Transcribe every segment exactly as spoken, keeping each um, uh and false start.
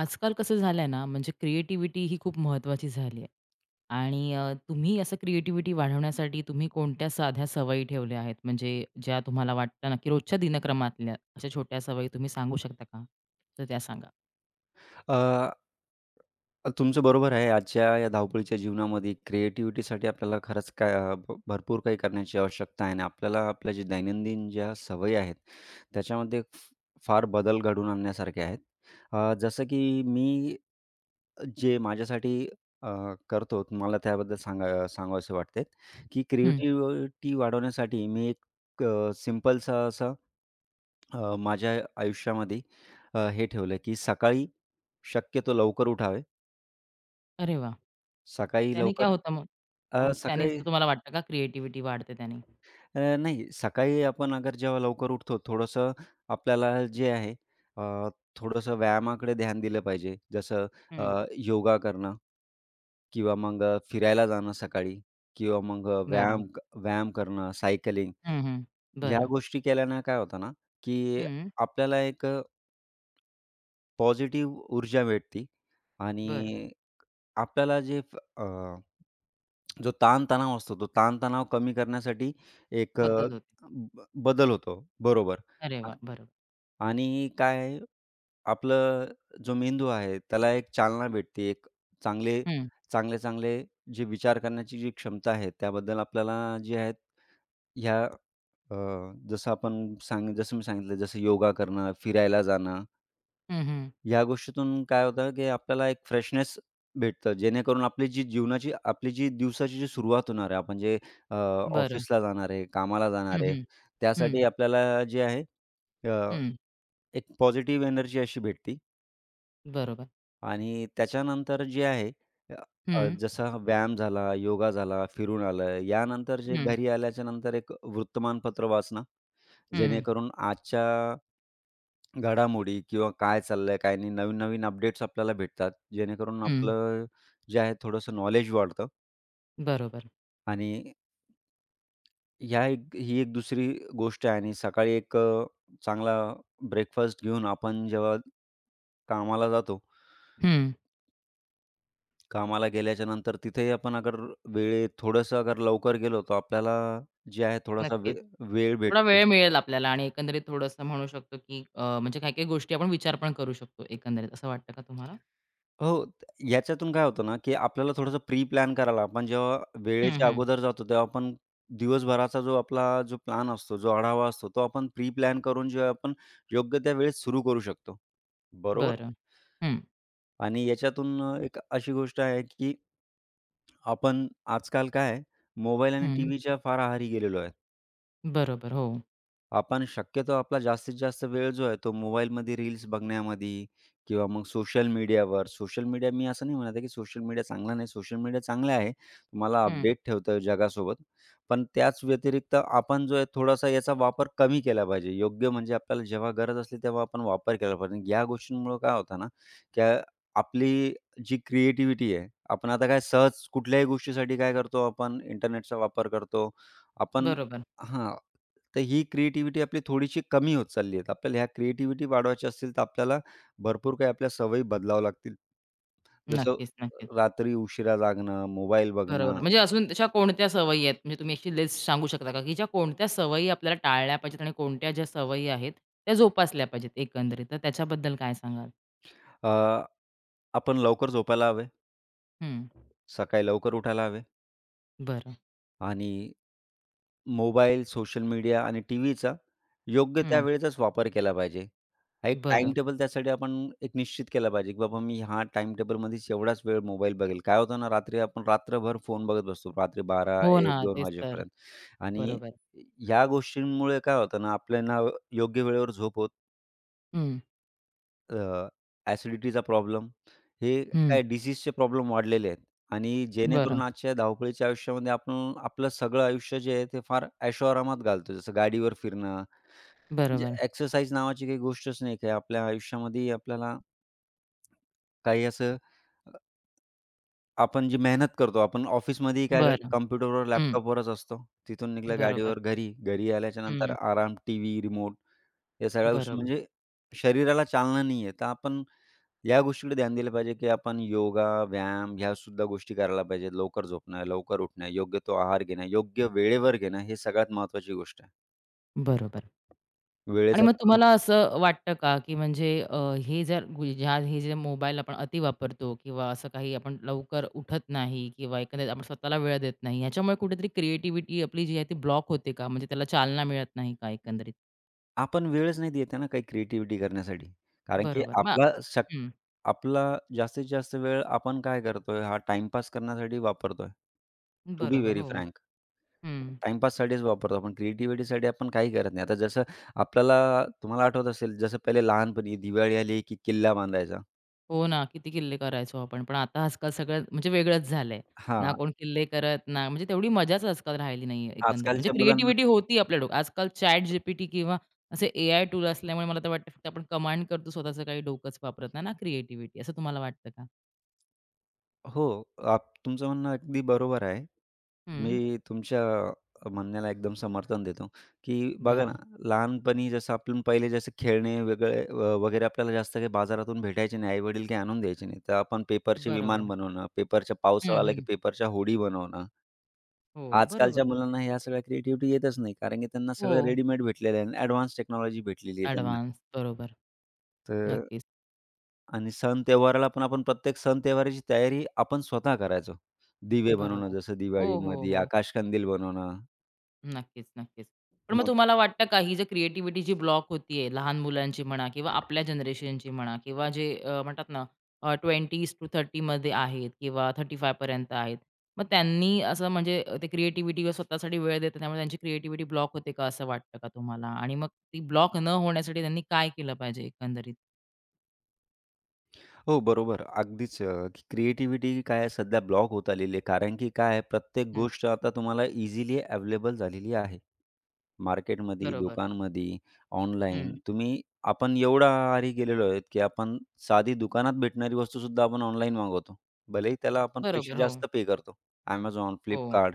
आजकाल कसं झालंय ना, म्हणजे क्रिएटिव्हिटी ही खूप महत्त्वाची झाली आहे. आणि अ, तुम्ही असं क्रिएटिव्हिटी वाढवण्यासाठी तुम्ही कोणत्या साध्या सवयी ठेवल्या आहेत? म्हणजे ज्या तुम्हाला वाटतं ना, की रोजच्या दिनक्रमातल्या अशा छोट्या सवयी तुम्ही सांगू शकता का? तर त्या सांगा. अ, तुमचं बरोबर आहे. आजच्या या धावपळीच्या जीवनामध्ये क्रिएटिव्हिटीसाठी आपल्याला खरंच काय अ, भ भरपूर काही करण्याची आवश्यकता आहे आणि आपल्याला आपल्या जे दैनंदिन ज्या सवयी आहेत, त्याच्यामध्ये फ फार बदल घडवून आणण्यासारखे आहेत. अ, जसं की मी जे माझ्यासाठी अ, करतो मला त्याबद्दल सांगा सांगावेसे वाटते, की हं. क्रिएटिव्हिटी वाढवण्यासाठी मी एक अ, सिंपलसा असा अ, माझ्या आयुष्यामध्ये अ, हे ठेवलं, की सकाळी शक्यतो लवकर उठावे. अरे वाह! सकाळी त्याने काय लवकर. होतं मग? त्या अ, त्यानेच सकाळी. तर तुम्हाला वाटतं का क्रिएटिव्हिटी वाढते त्याने? अ, नाही, सकाळी आपण अगर जेव्हा लवकर उठतो, थोडंसं आपल्याला जे आहे, अ, थोडंसं व्यायामाकडे ध्यान दिलं पाहिजे. जसं हं. अ, योगा करणं किंवा मग अ, फिरायला जाणं सकाळी किंवा मग अ, बरं. व्यायाम क- व्यायाम करणं, सायकलिंग. हं, हं. ह्या बरं. गोष्टी केल्यानं काय होतं ना, की हं. आपल्याला एक अ, पॉझिटिव्ह ऊर्जा भेटते बरं. आणि आपल्याला जे फ अ, जो ताण असतो, तो ताण कमी करण्यासाठी एक अ, मदत होते. ब बदल होतो. बरोबर. अरे आ वाह! बरोबर. आणि काय आहे, आपलं जो मेंदू आहे, त्याला एक चालना भेटते. एक चांगले, हं. चांगले-चांगले जे विचार करण्याची जी क्षमता आहे, त्याबद्दल आपल्याला जे आहेत, ह्या अ, जसं आपण सांग जसं मी सांगितलं, जसं योगा करणं, फिरायला जाणं, हं, हं. या गोष्टीतून काय होतं, की आपल्याला एक फ्रेशनेस भेटतं. जेणेकरून आपली जी जीवनाची आपली जी दिवसाची जी सुरुवात होणार आहे, आपण जे अ, बरं. ऑफिसला जाणार आहे, कामाला हं, जाणार आहे, हं. हं. त्यासाठी आपल्याला जे आहे, अ, हं. एक पॉझिटिव्ह एनर्जी अशी भेटते बरोबर. आणि त्याच्यानंतर जे आहे, अ, हं, अ, जसा व्यायाम झाला, योगा झाला, फिरून आलं, यानंतर जे हं, घरी आल्याच्यानंतर एक वृत्तमानपत्र वाचणं, हं, जेणेकरून आजच्या घडामोडी किंवा काय चाललंय, काय नाही, नवीन-नवीन अपडेट्स आपल्याला भेटतात. जेणेकरून हं. आपलं जे आहे थोडंसं नॉलेज वाढतं बरोबर. आणि ह्या एक, ही एक दुसरी गोष्ट आहे. आणि सकाळी एक अ, चांगला ब्रेकफास्ट घेऊन आपण जेव्हा कामाला जातो, हं. कामाला गेल्याच्यानंतर तिथेही आपण अगर वेळेत थोडंसं अगर लवकर गेलो, तर आपल्याला जे आहे थोडासा वे नक्कीच. वेळ थोडा भेटतो. वेळ मिळेल आपल्याला आणि एकंदरीत थोडंसं म्हणू शकतो, की अ, म्हणजे काही-काही गोष्टी आपण विचार पण करू शकतो एकंदरीत असं वाटतं का तुम्हाला? हो. त- याच्यातून काय होतं ना, की आपल्याला थोडंसं प्री प्लॅन करायला आपण जेव्हा हं, वेळेच्या हं. अगोदर जातो, तेव्हा आपण दिवसभराचा जो आपला जो प्लॅन असतो, जो आढावा असतो, तो आपण प्री प्लॅन करून जेव्हा आपण योग्य त्या वेळेत सुरू करू शकतो. बरोबर. बरं. हं, आणि याच्यातून अ, एक अशी गोष्ट आहे, की आपण आजकाल काय मोबाईल आणि हं. टीव्हीच्या फार आहारी गेलेलो आहे. बरोबर. हो. आपण शक्यतो आपला जास्तीत जास्त वेळ जो आहे तो मोबाईलमध्ये रील्स बघण्यामध्ये किंवा मग सोशल मीडियावर. सोशल मीडिया मी असं नाही म्हणत आहे, की सोशल मीडिया चांगला नाही. सोशल मीडिया चांगला आहे. तुम्हाला हं. अपडेट ठेवतं जगासोबत. पण त्याच व्यतिरिक्त आपण जो आहे थोडासा याचा वापर कमी केला पाहिजे. योग्य म्हणजे आपल्याला जेव्हा गरज असली तेव्हा आपण वापर केला पाहिजे. या गोष्टींमुळं काय होतं ना, की आपली जी क्रिएटिव्हिटी आहे, आपण आता काय सहज कुठल्याही गोष्टीसाठी काय करतो, आपण इंटरनेटचा वापर करतो. आपण. बरोबर. हां. तर ही क्रिएटिव्हिटी आपली थोडीशी कमी होत चालली आहे. आपल्याला ह्या क्रिएटिव्हिटी वाढवायची असतील, तर आपल्याला भरपूर काही आपल्या सवयी बदलाव्या लागतील. जसं नक्कीच, नक्कीच. रात्री उशिरा जागणं, मोबाईल बरोबर. बघणं. म्हणजे अजून तशा कोणत्या सवयी आहेत? म्हणजे तुम्ही अशी लिस्ट सांगू शकता का, की ज्या कोणत्या सवयी आपल्याला टाळल्या पाहिजेत आणि कोणत्या ज्या सवयी आहेत त्या जोपासल्या पाहिजेत एकंदरीत? तर त्याच्याबद्दल काय सांगाल? अ, आपण लवकर झोपायला हवे, हं. सकाळी लवकर उठायला हवे. बरं. आणि मोबाईल, सोशल मीडिया आणि टीव्हीचा योग्य हं. त्यावेळेचाच वापर केला पाहिजे. हा एक टाईम बरं. टेबल त्यासाठी आपण एक निश्चित केला पाहिजे, की बाबा मी हा टाईम टेबलमध्येच एवढाच वेळ मोबाईल बघेल. काय होतं ना, रात्री आपण रात्रभर फोन बघत बसतो. रात्री बारा, हो ना, एक, दोन तेच तर. वाजेपर्यंत. आणि बरोबर. ह्या गोष्टींमुळे काय होतं ना, आपल्याला योग्य वेळेवर झोप होत, हं, अ, ॲसिडिटीचा प्रॉब्लेम, हे हं. काय डिसीजचे प्रॉब्लेम वाढलेले आहेत. आणि बरं. जेणेकरून आजच्या धावपळीच्या आयुष्यामध्ये आपण आपलं सगळं आयुष्य जे आहे ते फार ऐशोआरामात घालतो. जसं गाडीवर फिरणं, म्हणजे बरोबर. एक्सरसाइज नावाची काही गोष्टच नाही. काही आपल्या आयुष्यामध्ये आपल्याला काही असं, अ, आपण जी मेहनत करतो, आपण ऑफिसमध्येही काय बरं. कॉम्प्युटरवर, हं. लॅपटॉपवरच असतो. तिथून निघालं बरोबर. गाडीवर घरी. घरी आल्याच्यानंतर हं. आराम, टीव्ही, रिमोट, या सगळ्या गोष्टी बरोबर. म्हणजे शरीराला चालना नाहीये. तर आपण या गोष्टीकडे ध्यान दिलं पाहिजे, की आपण योगा, व्यायाम ह्यासुद्धा गोष्टी करायला पाहिजे. लवकर झोपणं, लवकर उठणं, योग्य तो आहार घेणं, योग्य वेळेवर घेणं, हे सगळ्यात महत्त्वाची गोष्ट आहे. बरोबर. आणि वेळेचा मग पूर्ण. तुम्हाला असं वाटतं का, की म्हणजे अ, हे जर गु- ज्या हे जे मोबाईल आपण अति वापरतो किंवा असं काही आपण लवकर उठत नाही किंवा एकंदरीत आपण स्वतःला वेळ देत नाही, ह्याच्यामुळे कुठेतरी क्रिएटिव्हिटी आपली जी आहे ती ब्लॉक होते का? म्हणजे त्याला चालना मिळत नाही का एकंदरीत? आपण वेळच नाही देत आहे ना काही क्रिएटिव्हिटी करण्यासाठी. कारण की बरोबर. मग आपला शक हं. आपला जास्तीत जास्त वेळ आपण काय करतोय, हा टाईमपास करण्यासाठी वापरतोय. टू बी बरोबर. व्हेरी हो. फ्रँक. हं. टाईमपाससाठीच वापरतो आपण. क्रिएटिव्हिटीसाठी आपण काही करत नाही. आता जसं आपल्याला तुम्हाला आठवत असेल, जसं पहिले लहानपणी दिवाळी आली, की किल्ला बांधायचा. हो ना, किती किल्ले करायचो आपण. पण आता आजकाल सगळं म्हणजे वेगळंच झालंय. ना हां. कोण किल्ले करत, ना म्हणजे तेवढी मजाच आजकाल राहिली नाहीये एकंदरीत. म्हणजे आजकालच्या मुलांना. क्रिएटिव्हिटी होती आपल्या डोक्यात. आजकाल ChatGPT किंवा असे ए-आय टूल असल्यामुळे मला तर वाटतं फक्त आपण कमांड करतो स्वतःचं काही डोकंच वापरत नाही ना क्रिएटिव्हिटी असं तुम्हाला वाटतं का? हो, आप तुमचं म्हणणं अगदी बरोबर आहे. हं, मी तुमच्या अ, म्हणण्याला एकदम समर्थन देतो, की बघा ना, बरं. लहानपणी जसं आपण पहिले जसं खेळणे वेगळे अ, वगैरे आपल्याला जास्त काही बाजारातून भेटायचे नाही. आई-वडील काही आणून द्यायचे नाही. तर आपण पेपरचे विमान बरोबर. बनवणं, पेपरच्या, पावसाळा हं, आला की हं. पेपरच्या होडी बनवणं. हो, आजकालच्या बरोबर. मुलांना ह्या सगळ्या क्रिएटिव्हिटी येतच नाही. कारण की त्यांना हो, सगळं रेडीमेड भेटलेलं आहे, ॲडव्हान्स टेक्नॉलॉजी भेटलेली आहे त्यांना. ॲडव्हान्स. बरोबर. तर नक्कीच. आणि सण-त्योहाराला पण आपण प्रत्येक सण-त्योहाराची तयारी आपण स्वतः करायचो. दिवे बनवणं, बरोबर. जसं हो, हो, दिवाळीमध्ये हो. आकाशकंदील बनवणं. नक्कीच, नक्कीच. पण मग मग. तुम्हाला वाटतं का ही जे क्रिएटिव्हिटी जी क्रिएटिव्हिटीची ब्लॉक होतीये, लहान मुलांची म्हणा किंवा आपल्या जनरेशनची म्हणा किंवा जे अ, म्हणतात ना अ, ट्वेंटीज-तीस मध्ये आहेत किंवा पस्तीस पर्यंत आहेत. मग त्यांनी असं म्हणजे अ, ते क्रिएटिव्हिटी स्वतःसाठी वेळ देतात त्यामुळे त्यांची क्रिएटिव्हिटी ब्लॉक होते का असं वाटतं का तुम्हाला? आणि मग ती ब्लॉक न होण्यासाठी त्यांनी काय केलं पाहिजे एकंदरीत? हो, बरोबर. अगदीच, अ, की क्रिएटिव्हिटी काय आहे सध्या ब्लॉक होत आलेली आहे. कारण की काय आहे, प्रत्येक हं, गोष्ट आता तुम्हाला इझिली अवेलेबल झालेली आहे. मार्केटमध्ये, बरोबर. दुकानमध्ये, ऑनलाईन हं, तुम्ही. आपण एवढ्या आहारी गेलेलो आहेत, की आपण साधी दुकानात भेटणारी वस्तू सुद्धा आपण ऑनलाईन मागवतो. भलेही त्याला आपण बरोबर. पैसे हो, जास्त पे करतो. Amazon, हो. Flipkart.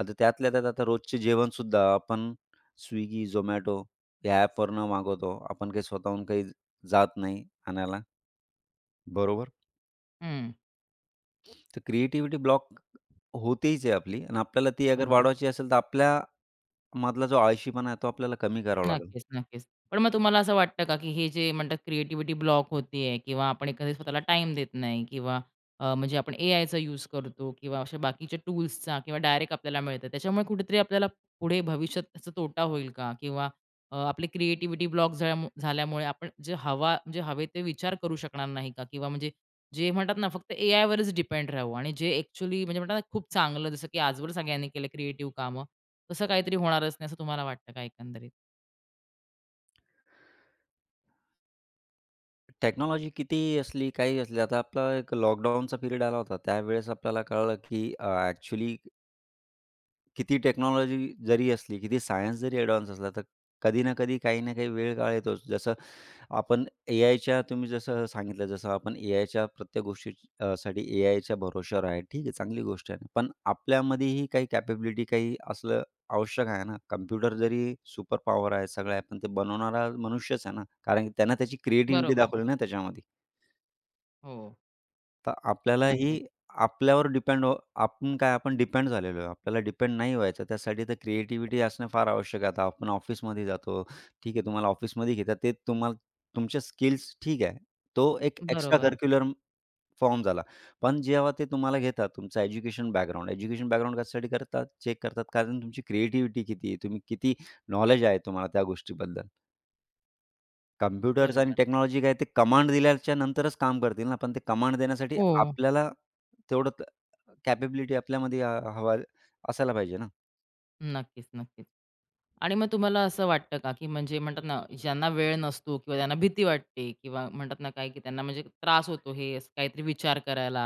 आता त्यातल्या त्यात आता रोजचे जेवणसुद्धा आपण Swiggy, Zomato, या ॲपवरनं मागवतो. आपण काही स्वतःहून काही जात नाही आणायला, बरोबर? हं, तर क्रिएटिव्हिटी ब्लॉक होतेच आहे आपली आणि आपल्याला ती अगर बरोबर. वाढवायची असेल, तर आपल्यामधला जो आळशीपणा आहे, तो आपल्याला कमी करावा लागेल. नक्कीच, नक्कीच. पण मग तुम्हाला असं वाटतं का, की हे जे म्हणतात क्रिएटिव्हिटी ब्लॉक होतीये किंवा आपण एखाद्या स्वतःला टाईम देत नाही किंवा अ, म्हणजे आपण एआयचा यूज करतो किंवा अशा बाकीच्या टूल्सचा किंवा डायरेक्ट आपल्याला मिळतं. त्याच्यामुळे कुठेतरी आपल्याला पुढे भविष्यात त्याचा तोटा होईल का? किंवा अ, आपली क्रिएटिव्हिटी ब्लॉक झाल्यामुळे आपण जे हवा म्हणजे हवे ते विचार करू शकणार नाही का? किंवा म्हणजे जे म्हणतात ना फक्त एआयवरच डिपेंड राहू आणि जे ॲक्चुअली म्हणजे म्हणतात ना खूप चांगलं जसं की आजवर सगळ्यांनी केलं क्रिएटिव्ह कामं, तसं काहीतरी होणारच नाही असं तुम्हाला वाटतं का एकंदरीत? टेक्नॉलॉजी किती असली, काहीही असली, आता आपला एक लॉकडाऊनचा पिरियड आला होता. त्यावेळेस आपल्याला कळलं, की अ, किती टेक्नॉलॉजी जरी असली, किती सायन्स जरी ॲडव्हान्स असला, तर कधी ना कधी, काही ना काही वेळ काळ येतोच. जसं आपण एआयच्या, तुम्ही जसं सांगितलं, जसं आपण एआयच्या प्रत्येक गोष्टी अ, साठी एआयच्या भरोश्यावर आहे. ठीक आहे, चांगली गोष्ट आहे. पण आपल्यामध्येही काही कॅपेबिलिटी काही असलं आवश्यक आहे ना. कम्प्युटर जरी सुपर पॉवर आहे, सगळं आहे, पण ते बनवणारा मनुष्यच आहे ना. कारण की त्यानं त्याची क्रिएटिव्हिटी बरोबर. दाखवली ना त्याच्यामध्ये. हो, तर आपल्यालाही नक्कीच. आपल्यावर डिपेंड हो. आपण काय, आपण डिपेंड झालेलो आहे. आपल्याला डिपेंड नाही व्हायचं. त्यासाठी तर क्रिएटिव्हिटी असणं फार आवश्यक आहे. आता आपण ऑफिसमध्ये जातो. ठीक आहे, तुम्हाला ऑफिसमध्ये घेतात. ते तुम्हाला तुमचे स्किल्स ठीक आहे. तो एक एक्स्ट्रा बरोबर, करिक्युलर फॉर्म झाला. पण जेव्हा ते तुम्हाला घेतात, तुमचा एज्युकेशन बॅकग्राऊंड. एज्युकेशन बॅकग्राऊंड कशासाठी करतात? चेक करतात, कारण तुमची क्रिएटिव्हिटी किती आहे? तुम्ही किती नॉलेज आहे तुम्हाला त्या गोष्टीबद्दल? कॉम्प्युटर्स आणि बरोबर. टेक्नॉलॉजी काय ते कमांड दिल्याच्या नंतरच काम करतील ना, पण ते कमांड देण्यासाठी हो. हो. आपल्याला तेवढं त कॅपेबिलिटी आपल्यामध्ये, अ, हवा असायला पाहिजे ना. नक्कीच, नक्कीच. आणि मग तुम्हाला असं वाटतं का, की म्हणजे म्हणतात ना, ज्यांना वेळ नसतो किंवा त्यांना भीती वाटते किंवा म्हणतात ना काय, की त्यांना म्हणजे त्रास होतो हे असं काहीतरी विचार करायला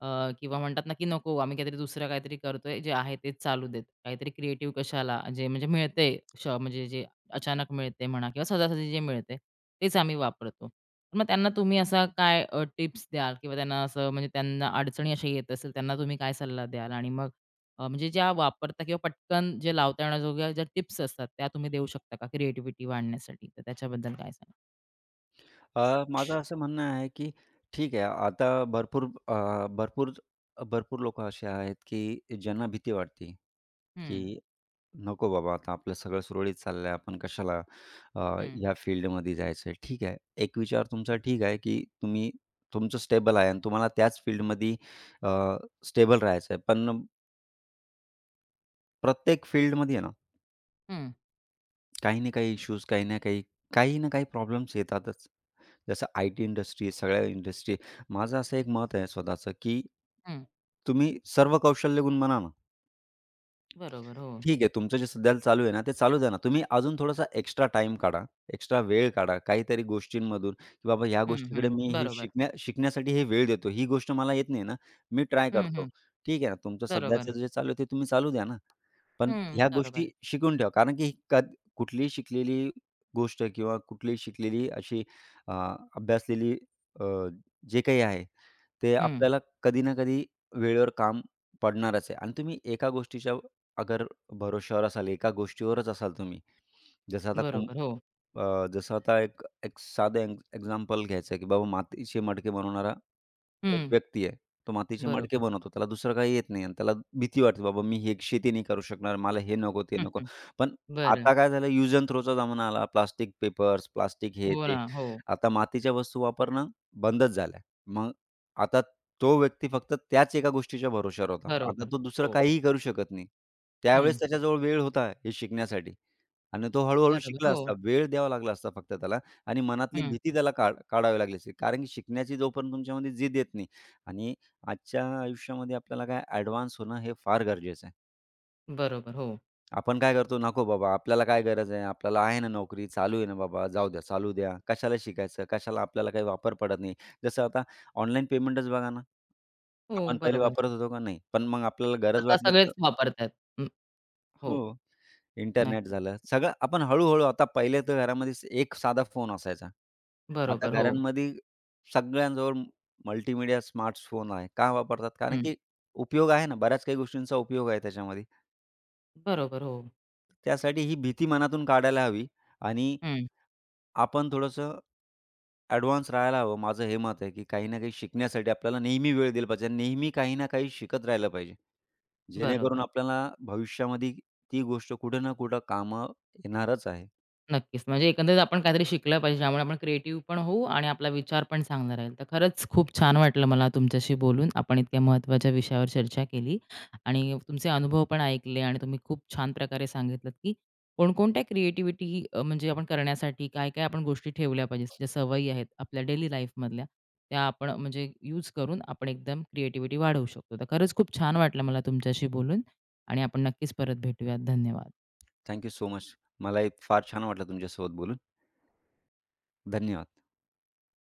अ, किंवा म्हणतात ना, की नको आम्ही काहीतरी दुसरं काहीतरी करतोय, जे आहे तेच चालू देत. काहीतरी क्रिएटिव्ह कशाला, जे म्हणजे मिळतंय श म्हणजे जे अचानक मिळते म्हणा किंवा सहजासहजी जे मिळते, तेच आम्ही वापरतो. मग त्यांना तुम्ही असा काय टिप्स द्याल किंवा त्यांना असं म्हणजे त्यांना अडचणी अशा येत असेल, त्यांना तुम्ही काय सल्ला द्याल? आणि मग अ, म्हणजे ज्या वापरता किंवा पटकन जे लावता येण्याजोग्या ज्या टिप्स असतात त्या तुम्ही देऊ शकता का क्रिएटिव्हिटी वाढण्यासाठी? तर त्याच्याबद्दल काय सांगाल? अ, माझं असं म्हणणं आहे, की ठीक आहे, आता भरपूर अ, भरपूर भरपूर लोकं असे आहेत, की ज्यांना भीती वाटते, हं, की नको बाबा, आता आपलं सगळं सुरळीत चाललंय. आपण कशाला अ, हं, ह्या फील्डमध्ये जायचंय. ठीक आहे. एक विचार तुमचा ठीक आहे, की तुम्ही तुमचं स्टेबल आहे आणि तुम्हाला त्याच फील्डमध्ये अ, स्टेबल राहायचं आहे. पण प्रत्येक फील्डमध्ये आहे ना, हं, काही ना काही इश्यूज, काही ना काही, काही ना काही प्रॉब्लेम्स येतातच. जसं आय-टी इंडस्ट्री, सगळ्या इंडस्ट्री. माझं असं एक मत आहे स्वतःचं, की हं. तुम्ही सर्व कौशल्य गुण म्हणा ना. बरोबर. हो. ठीक आहे, तुमचं जे सध्याला चालू आहे ना, ते चालू द्या ना. तुम्ही अजून थोडासा एक्स्ट्रा टाईम काढा, एक्स्ट्रा वेळ काढा काहीतरी गोष्टींमधून, की बाबा ह्या हं, हं. गोष्टीकडे मी हे बरोबर. शिकण्या शिकण्यासाठी हे वेळ देतो. ही गोष्ट मला येत नाही ना, मी ट्राय हं, करतो. हं. ठीक आहे ना, तुमचं बरोबर. सध्याचं जे चालू आहे ते तुम्ही चालू द्या ना. पण हं, ह्या बरोबर. गोष्टी शिकून ठेवा. कारण की कद कुठलीही शिकलेली गोष्ट किंवा कुठलीही शिकलेली अशी, अ, अभ्यासलेली, अ, जे काही आहे, ते हं. आपल्याला कधी ना कधी वेळेवर काम पडणारच आहे. आणि तुम्ही एका गोष्टीच्या अगर भरोश्यावर असाल, एका गोष्टीवरच असाल तुम्ही. जसं आता कुं बरोबर. हो. अ, जसं आता एक एक साधं एक्झ एक्झाम्पल घ्यायचं आहे, की बाबा मातीचे मडके बनवणारा एक हं. व्यक्ती आहे. तो मातीचे मडके बरोबर. बनवतो. त्याला दुसरं काही येत नाही आणि त्याला भीती वाटते, "बाबा मी हे शेती नाही करू शकणार. मला हे नको, ते हं, नको." हं. पण बरं. आता काय झालं, यूज अँड थ्रोचा जमाना आला. प्लास्टिक पेपर्स, प्लास्टिक हे हो ते. ना. हो. आता मातीच्या वस्तू वापरणं बंदच झालंय. मग आता तो व्यक्ती फक्त त्याच एका गोष्टीच्या भरोश्यावर होता. आता बरोबर. तो दुसरं हो. काहीही करू शकत नाही. हं. त्यावेळेस त्याच्याजवळ वेळ होता हे शिकण्यासाठी. आणि तो हळू-हळू बरोबर. शिकला हो. असता. वेळ द्यावा लागला असता फक्त त्याला आणि मनातली हं. भीती त्याला काढ काढावी लागली असती. कारण की शिकण्याची जोपर्यंत तुमच्यामध्ये जिद येत नाही. आणि आजच्या आयुष्यामध्ये आपल्याला काय ॲडव्हान्स होणं हे फार गरजेचं आहे. बरोबर. हो. आपण काय करतो, नको बाबा आपल्याला काय गरज आहे, आपल्याला आहे ना नोकरी, चालू आहे ना बाबा, जाऊ द्या, चालू द्या. कशाला शिकायचं, कशाला, आपल्याला काही वापर पडत नाही. जसं आता ऑनलाईन पेमेंटच बघा ना, हो, आपण पहिले बरोबर. वापरत होतो का? नाही. पण मग आपल्याला गरज आता वाटली सगळेच तर वापरतायत. हं. हो. हो. इंटरनेट नक्कीच. झालं. सगळं आपण हळू, आता पहिले तर घरामध्ये, स- एक साधा फोन असायचा. आता बरोबर. हो. घरांमध्ये सगळ्यांजवळ मल्टीमीडिया स्मार्टफोन आहे. का वापरतात? कारण हं. की उपयोग आहे ना, बऱ्याच काही गोष्टींचा उपयोग आहे त्याच्यामध्ये. बरोबर. हो. त्यासाठी ही भीती मनातून काढायला हवी आणि हं. आपण थोडंसं ॲडव्हान्स राहायला हवं. माझं हे मत आहे, की काही ना काही शिकण्यासाठी आपल्याला नेहमी वेळ दिला पाहिजे. नेहमी काही ना काही शिकत राहिलं पाहिजे. जेणेकरून बरोबर. आपल्याला भविष्यामध्ये ती गोष्ट कुठे ना कुठं कामं येणारच आहे. नक्कीच. म्हणजे एकंदरीत आपण काहीतरी शिकलं पाहिजे, ज्यामुळे आपण क्रिएटिव्ह पण होऊ आणि आपला विचार पण चांगला राहील. तर खरंच खूप छान वाटलं मला तुमच्याशी बोलून. आपण इतक्या महत्त्वाच्या विषयावर चर्चा केली आणि तुमचे अनुभव पण ऐकले आणि तुम्ही खूप छान प्रकारे सांगितलत, की कोणकोणत्या क्रिएटिव्हिटी म्हणजे आपण करण्यासाठी काय-काय आपण गोष्टी ठेवल्या पाहिजेत, ज्या सवयी आहेत आपल्या डेली लाईफमधल्या, त्या आपण म्हणजे यूज करून आपण एकदम क्रिएटिव्हिटी वाढवू शकतो. तर खरंच खूप छान वाटलं मला तुमच्याशी बोलून आणि आपण नक्कीच परत भेटूयात. धन्यवाद. Thank you so much. मलाही फार छान वाटलं तुमच्यासोबत बोलून. धन्यवाद.